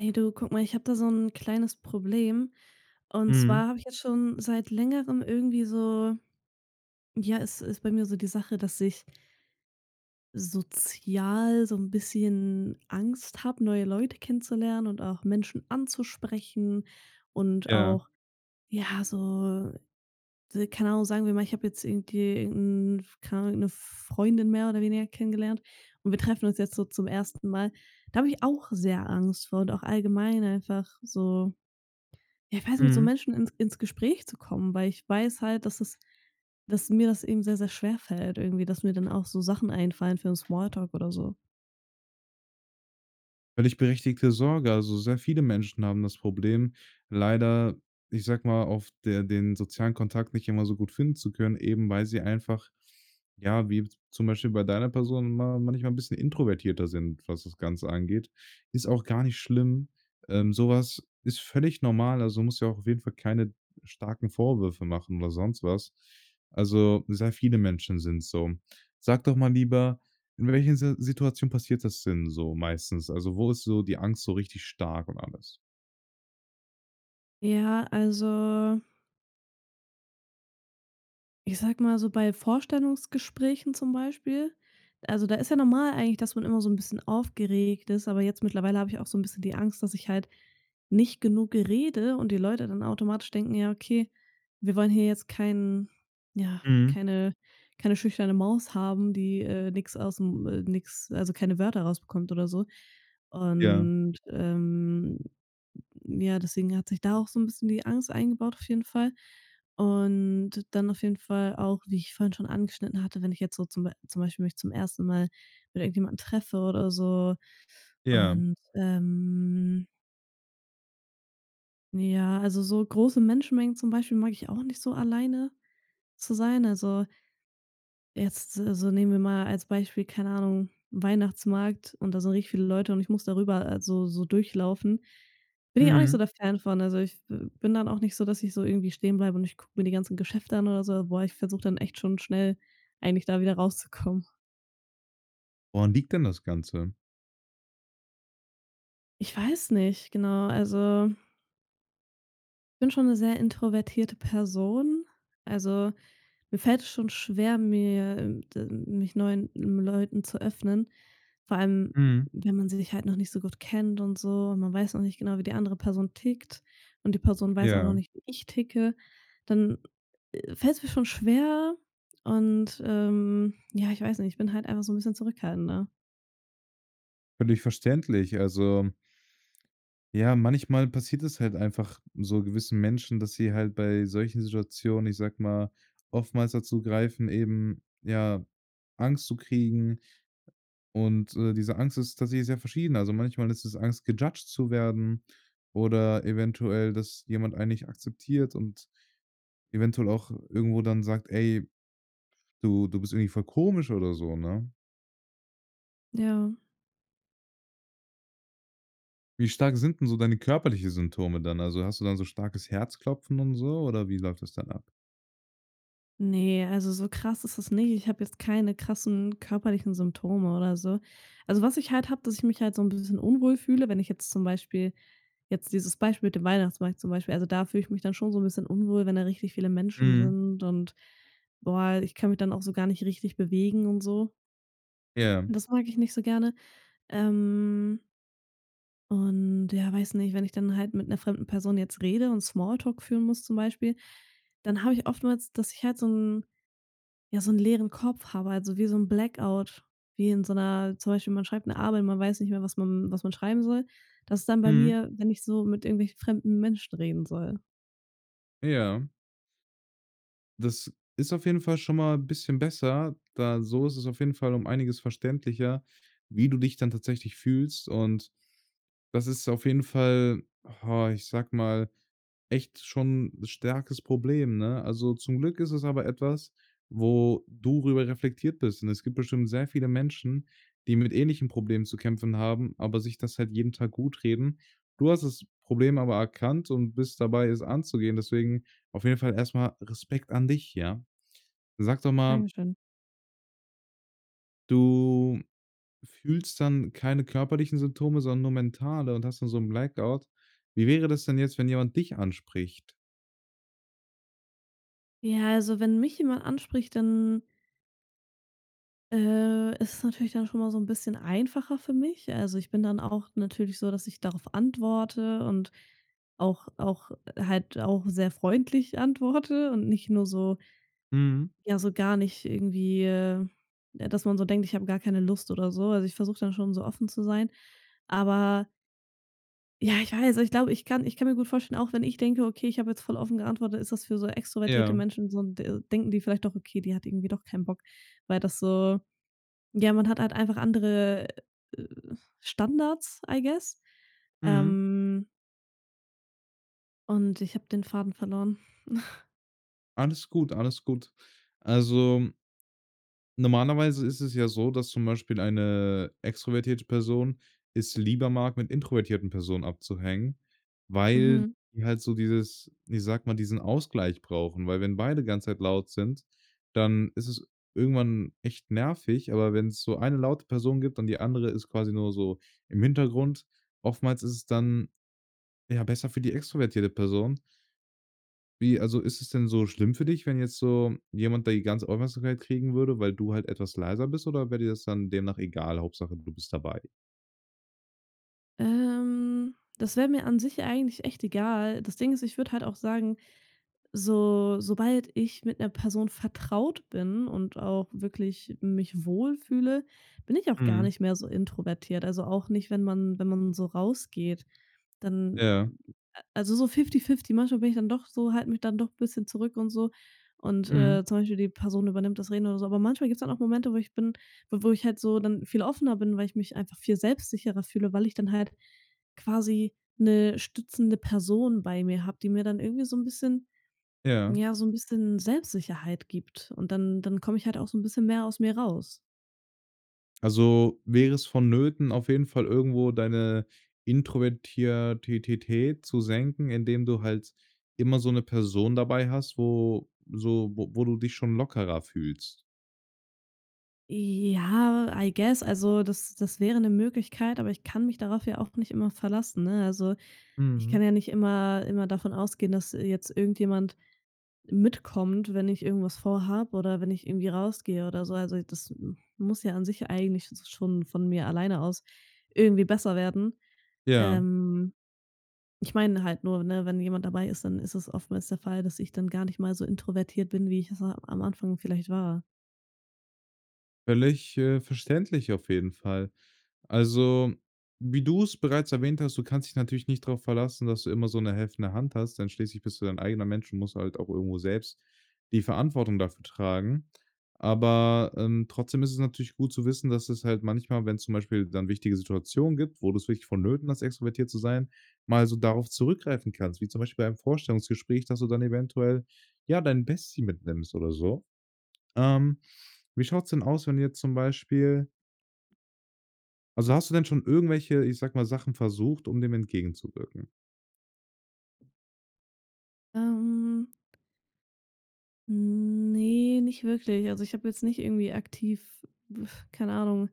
Hey du, guck mal, ich habe da so ein kleines Problem. Und Mhm. zwar habe ich jetzt schon seit Längerem irgendwie so ja, ist bei mir so die Sache, dass ich sozial so ein bisschen Angst habe, neue Leute kennenzulernen und auch Menschen anzusprechen und Ja. auch, ja, so d keine Ahnung, sagen wir mal, ich habe jetzt irgendwie irgend keine Ahnung, 'ne Freundin mehr oder weniger kennengelernt und wir treffen uns jetzt so zum ersten Mal. Da habe ich auch sehr Angst vor und auch allgemein einfach so. Ja, ich weiß nicht, mit so Mhm. Menschen ins Gespräch zu kommen, weil ich weiß halt, dass es dass mir das eben sehr, sehr schwer fällt irgendwie, dass mir dann auch so Sachen einfallen für 'n Smalltalk oder so. Völlig berechtigte Sorge. Also, sehr viele Menschen haben das Problem, leider, ich sag mal, auf der den sozialen Kontakt nicht immer so gut finden zu können, eben weil sie einfach, ja, wie zum Beispiel bei deiner Person ma manchmal ein bisschen introvertierter sind, was das Ganze angeht. Ist auch gar nicht schlimm. Ähm, so Ist völlig normal, also, muss ja auch auf jeden Fall keine starken Vorwürfe machen oder sonst was. Also, sehr viele Menschen sind so. Sag doch mal lieber, in welchen Si Situationen passiert das denn so meistens? Also, wo ist so die Angst so richtig stark und alles? Ja, also ich sag mal so bei Vorstellungsgesprächen zum Beispiel, also da ist ja normal eigentlich, dass man immer so ein bisschen aufgeregt ist, aber jetzt mittlerweile habe ich auch so ein bisschen die Angst, dass ich halt nicht genug rede und die Leute dann automatisch denken: „Ja, okay, wir wollen hier jetzt keinen ja, Mhm. keine keine schüchterne Maus haben, die, nichts aus, ausm nix also keine Wörter rausbekommt oder so.“ Ja, Und, ja, deswegen hat sich da auch so ein bisschen die Angst eingebaut auf jeden Fall. Und dann auf jeden Fall auch, wie ich vorhin schon angeschnitten hatte, wenn ich jetzt so zum Bei zum Beispiel mich zum ersten Mal mit irgendjemandem treffe oder so ja. und, ja, also so große Menschenmengen zum Beispiel mag ich auch nicht so alleine zu sein. Also jetzt, so nehmen wir mal als Beispiel, keine Ahnung, Weihnachtsmarkt und da sind richtig viele Leute und ich muss darüber so durchlaufen. Bin ich auch nicht Mhm. so der Fan von. Also, ich b bin dann auch nicht so, dass ich so irgendwie stehen bleibe und ich gucke mir die ganzen Geschäfte an oder so. Boah, ich versuche dann echt schon schnell eigentlich da wieder rauszukommen. Woran liegt denn das Ganze? Ich weiß nicht, genau, also ich bin schon eine sehr introvertierte Person. Also, mir fällt es schon schwer, mir, d mich neuen Leuten zu öffnen. Vor allem, Mhm. wenn man sich halt noch nicht so gut kennt und so und man weiß noch nicht genau, wie die andere Person tickt und die Person weiß auch noch Ja, nicht, wie ich ticke, dann, fällt es mir schon schwer und, ja, ich weiß nicht, ich bin halt einfach so ein bisschen zurückhaltender. völlig verständlich. Also, ja, manchmal passiert es halt einfach so gewissen Menschen, dass sie halt bei solchen Situationen, ich sag mal, oftmals dazu greifen, eben, ja, Angst zu kriegen. Und, diese Angst ist tatsächlich sehr verschieden. Also, manchmal ist es Angst, gejudged zu werden oder eventuell, dass jemand einen nicht akzeptiert und eventuell auch irgendwo dann sagt: „Ey, du bist irgendwie voll komisch“ oder so, ne? Ja. Wie stark sind 'n so deine körperlichen Symptome dann? Also, hast du dann so starkes Herzklopfen und so oder wie läuft das dann ab? Nee, also so krass ist es nicht. Ich habe jetzt keine krassen körperlichen Symptome oder so. Also, was ich halt habe, dass ich mich halt so ein bisschen unwohl fühle, wenn ich jetzt zum Beispiel jetzt dieses Beispiel mit dem Weihnachtsmarkt zum Beispiel, also da fühle ich mich dann schon so ein bisschen unwohl, wenn da richtig viele Menschen Mhm. sind und, boah, ich kann mich dann auch so gar nicht richtig bewegen und so. Ja. Das mag ich nicht so gerne. Ähm, und ja, weiß nicht, wenn ich dann halt mit einer fremden Person jetzt rede und Smalltalk führen muss zum Beispiel, dann habe ich oftmals, dass ich halt so 'n ja, so 'n leeren Kopf habe, also wie so 'n Blackout, wie in so 'ner zum Beispiel, man schreibt 'ne Arbeit, man weiß nicht mehr, was man schreiben soll. Das ist dann bei Mhm. mir, wenn ich so mit irgendwelchen fremden Menschen reden soll. Ja. Das ist auf jeden Fall schon mal ein bisschen besser, da so ist es auf jeden Fall um einiges verständlicher, wie du dich dann tatsächlich fühlst, und das ist auf jeden Fall, oh, ich sag mal, echt schon 'n starkes Problem, ne? Also, zum Glück ist es aber etwas, wo du drüber reflektiert bist. Und es gibt bestimmt sehr viele Menschen, die mit ähnlichen Problemen zu kämpfen haben, aber sich das halt jeden Tag gut reden. Du hast das Problem aber erkannt und bist dabei, es anzugehen. Deswegen auf jeden Fall erstmal Respekt an dich, ja? Sag doch mal, Dankeschön. du fühlst dann keine körperlichen Symptome, sondern nur mentale und hast dann so 'n Blackout. Wie wäre das denn jetzt, wenn jemand dich anspricht? Ja, also wenn mich jemand anspricht, dann, ist es natürlich dann schon mal so 'n bisschen einfacher für mich. Also, ich bin dann auch natürlich so, dass ich darauf antworte und auch halt auch sehr freundlich antworte und nicht nur so Mhm. ja, so gar nicht irgendwie, ja, dass man so denkt, ich habe gar keine Lust oder so. Also, ich versuche dann schon so offen zu sein. Aber ja, ich weiß, ich glaube, ich kann mir gut vorstellen, auch wenn ich denke: „Okay, ich habe jetzt voll offen geantwortet“, ist das für so extrovertierte Ja. Menschen so 'n d denken die vielleicht doch: „Okay, die hat irgendwie doch keinen Bock“, weil das so ja, man hat halt einfach andere, äh, Standards, I guess. Mhm. Ähm, und ich habe den Faden verloren. Alles gut, alles gut. Also, normalerweise ist es ja so, dass zum Beispiel eine extrovertierte Person es lieber mag, mit introvertierten Personen abzuhängen, weil Mhm. die halt so dieses, ich sag mal, diesen Ausgleich brauchen. Weil wenn beide ganze Zeit laut sind, dann ist es irgendwann echt nervig, aber wenn es so eine laute Person gibt und die andere ist quasi nur so im Hintergrund, oftmals ist es dann, ja, besser für die extrovertierte Person, wie also, ist es denn so schlimm für dich, wenn jetzt so jemand da die ganze Aufmerksamkeit kriegen würde, weil du halt etwas leiser bist, oder wäre dir das dann demnach egal, Hauptsache du bist dabei? Das wäre mir an sich eigentlich echt egal. Das Ding ist, ich würde halt auch sagen so sobald ich mit einer Person vertraut bin und auch wirklich mich wohlfühle, bin ich auch gar Mhm. nicht mehr so introvertiert. Also, auch nicht, wenn man wenn man so rausgeht, dann Ja. also, so fifty-fifty. Manchmal bin ich dann doch so halte mich dann doch ein bisschen zurück und so und, Mhm. Zum Beispiel die Person übernimmt das Reden oder so. Aber manchmal gibt es dann auch Momente, wo ich bin wo ich halt so dann viel offener bin, weil ich mich einfach viel selbstsicherer fühle, weil ich dann halt quasi eine stützende Person bei mir habe, die mir dann irgendwie so ein bisschen Ja. ja, so 'n bisschen Selbstsicherheit gibt und dann komme ich halt auch so 'n bisschen mehr aus mir raus. Also, wäre es vonnöten, auf jeden Fall irgendwo deine Introvertiertität zu senken, indem du halt immer so eine Person dabei hast, wo so wo wo du dich schon lockerer fühlst? Ja, I guess, also das wäre 'ne Möglichkeit, aber ich kann mich darauf ja auch nicht immer verlassen, ne? Also, ich kann Mhm. ja nicht immer davon ausgehen, dass jetzt irgendjemand mitkommt, wenn ich irgendwas vorhabe oder wenn ich irgendwie rausgehe oder so. Also, das m muss ja an sich eigentlich schon von mir alleine aus irgendwie besser werden. Ja, Ähm Ich meine halt nur, ne, wenn jemand dabei ist, dann ist es oftmals der Fall, dass ich dann gar nicht mal so introvertiert bin, wie ich es a am Anfang vielleicht war. völlig, verständlich auf jeden Fall. Also, wie du es bereits erwähnt hast, du kannst dich natürlich nicht darauf verlassen, dass du immer so eine helfende Hand hast, denn schließlich bist du dein eigener Mensch und musst halt auch irgendwo selbst die Verantwortung dafür tragen. Aber, trotzdem ist es natürlich gut zu wissen, dass es halt manchmal, wenn's zum Beispiel dann wichtige Situationen gibt, wo du es wirklich vonnöten hast, extrovertiert zu sein, mal so darauf zurückgreifen kannst, wie zum Beispiel bei einem Vorstellungsgespräch, dass du dann eventuell, ja, dein Bestie mitnimmst oder so. Ähm, Wie schaut's denn aus, wenn du jetzt zum Beispiel also, hast du denn schon irgendwelche, ich sag mal, Sachen versucht, um dem entgegenzuwirken? Ähm, ne, nicht wirklich. Also, ich habe jetzt nicht irgendwie aktiv, keine Ahnung,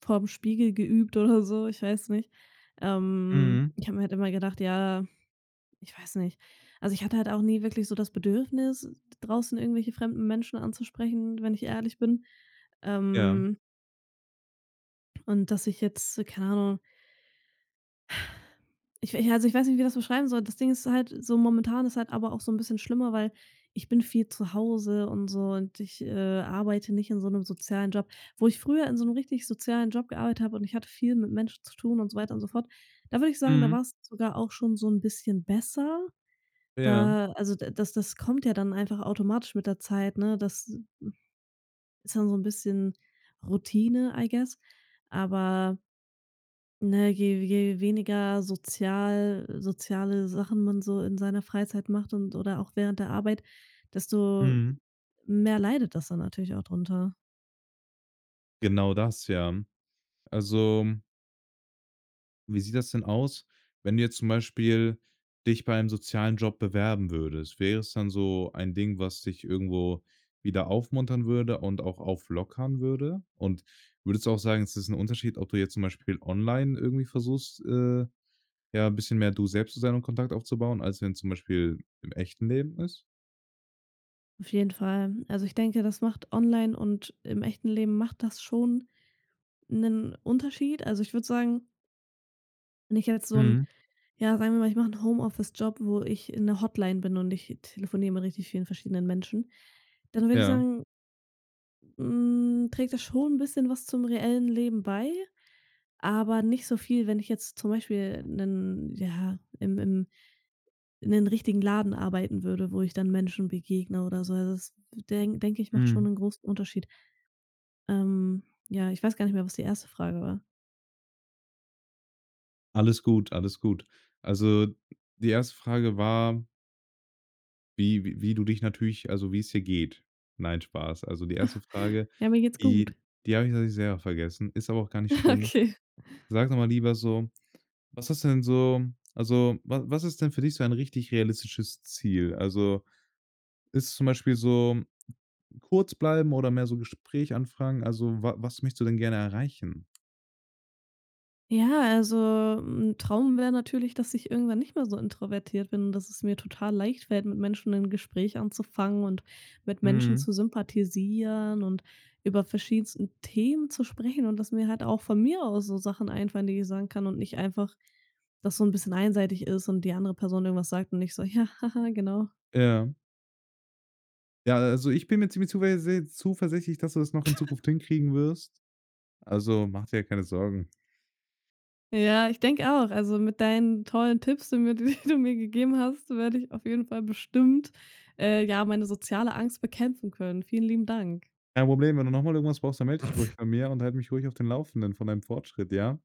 vorm Spiegel geübt oder so, ich weiß nicht. Mhm. Ich habe mir halt immer gedacht: „Ja, ich weiß nicht.“ Also, ich hatte halt auch nie wirklich so das Bedürfnis, draußen irgendwelche fremden Menschen anzusprechen, wenn ich ehrlich bin. Ja. Ähm, und dass ich jetzt, keine Ahnung Ich we ja, also, ich weiß nicht, wie ich das beschreiben soll. Das Ding ist halt so momentan ist halt aber auch so ein bisschen schlimmer, weil ich bin viel zu Hause und so und ich, arbeite nicht in so einem sozialen Job. Wo ich früher in so einem richtig sozialen Job gearbeitet habe und ich hatte viel mit Menschen zu tun und so weiter und so fort, da würde ich sagen, da Mhm. war es sogar auch schon so ein bisschen besser. Ja. Da also, d das kommt ja dann einfach automatisch mit der Zeit, ne? Das ist dann so ein bisschen Routine, I guess. Aber ne, je weniger soziale Sachen man so in seiner Freizeit macht und oder auch während der Arbeit, desto Mhm. mehr leidet das dann natürlich auch drunter. Genau das, ja. Also, wie sieht das denn aus, wenn du jetzt zum Beispiel dich bei einem sozialen Job bewerben würdest? Wäre es dann so ein Ding, was dich irgendwo wieder aufmuntern würde und auch auflockern würde? Und würdest du auch sagen, es ist ein Unterschied, ob du jetzt zum Beispiel online irgendwie versuchst, ja, 'n bisschen mehr du selbst zu sein und Kontakt aufzubauen, als wenn zum Beispiel im echten Leben ist? Auf jeden Fall. Also, ich denke, das macht online und im echten Leben macht das schon einen Unterschied. Also, ich würde sagen, wenn ich jetzt so ein Mhm. ja, sagen wir mal, ich mache einen Homeoffice-Job, wo ich in der Hotline bin und ich telefoniere mit richtig vielen verschiedenen Menschen, dann würde ich Ja. sagen, hm, trägt das schon ein bisschen was zum reellen Leben bei. Aber nicht so viel, wenn ich jetzt zum Beispiel einen ja, im im in 'nen richtigen Laden arbeiten würde, wo ich dann Menschen begegne oder so. Also, das denke ich, macht schon Mhm. einen großen Unterschied. Ähm, ja, ich weiß gar nicht mehr, was die erste Frage war. Alles gut, alles gut. Also, die erste Frage war, wie du dich natürlich also, wie es dir geht. Nein, Spaß. Also, die erste Frage, Ja, mir geht's die gut. die habe ich tatsächlich selber vergessen, ist aber auch gar nicht schlimm. Okay. Sag doch mal lieber so, was ist denn so also, was ist denn für dich so ein richtig realistisches Ziel? Also, ist es zum Beispiel so kurz bleiben oder mehr so Gespräch anfangen? Also, wa was möchtest du denn gerne erreichen? Ja, also 'n Traum wäre natürlich, dass ich irgendwann nicht mehr so introvertiert bin, und dass es mir total leicht fällt, mit Menschen ein Gespräch anzufangen und mit Menschen Mhm. zu sympathisieren und über verschiedensten Themen zu sprechen und dass mir halt auch von mir aus so Sachen einfallen, die ich sagen kann und nicht einfach dass so ein bisschen einseitig ist und die andere Person irgendwas sagt und ich so: „Ja, haha, genau.“ Ja. Ja, also ich bin mir ziemlich zuversichtlich, dass du das noch in Zukunft hinkriegen wirst. Also, mach dir ja keine Sorgen. Ja, ich denke auch. Also, mit deinen tollen Tipps, die mir die du mir gegeben hast, werde ich auf jeden Fall bestimmt, ja, meine soziale Angst bekämpfen können. Vielen lieben Dank. Kein Problem, wenn du noch mal irgendwas brauchst, dann melde dich ruhig bei mir und halt mich ruhig auf den Laufenden von deinem Fortschritt, ja?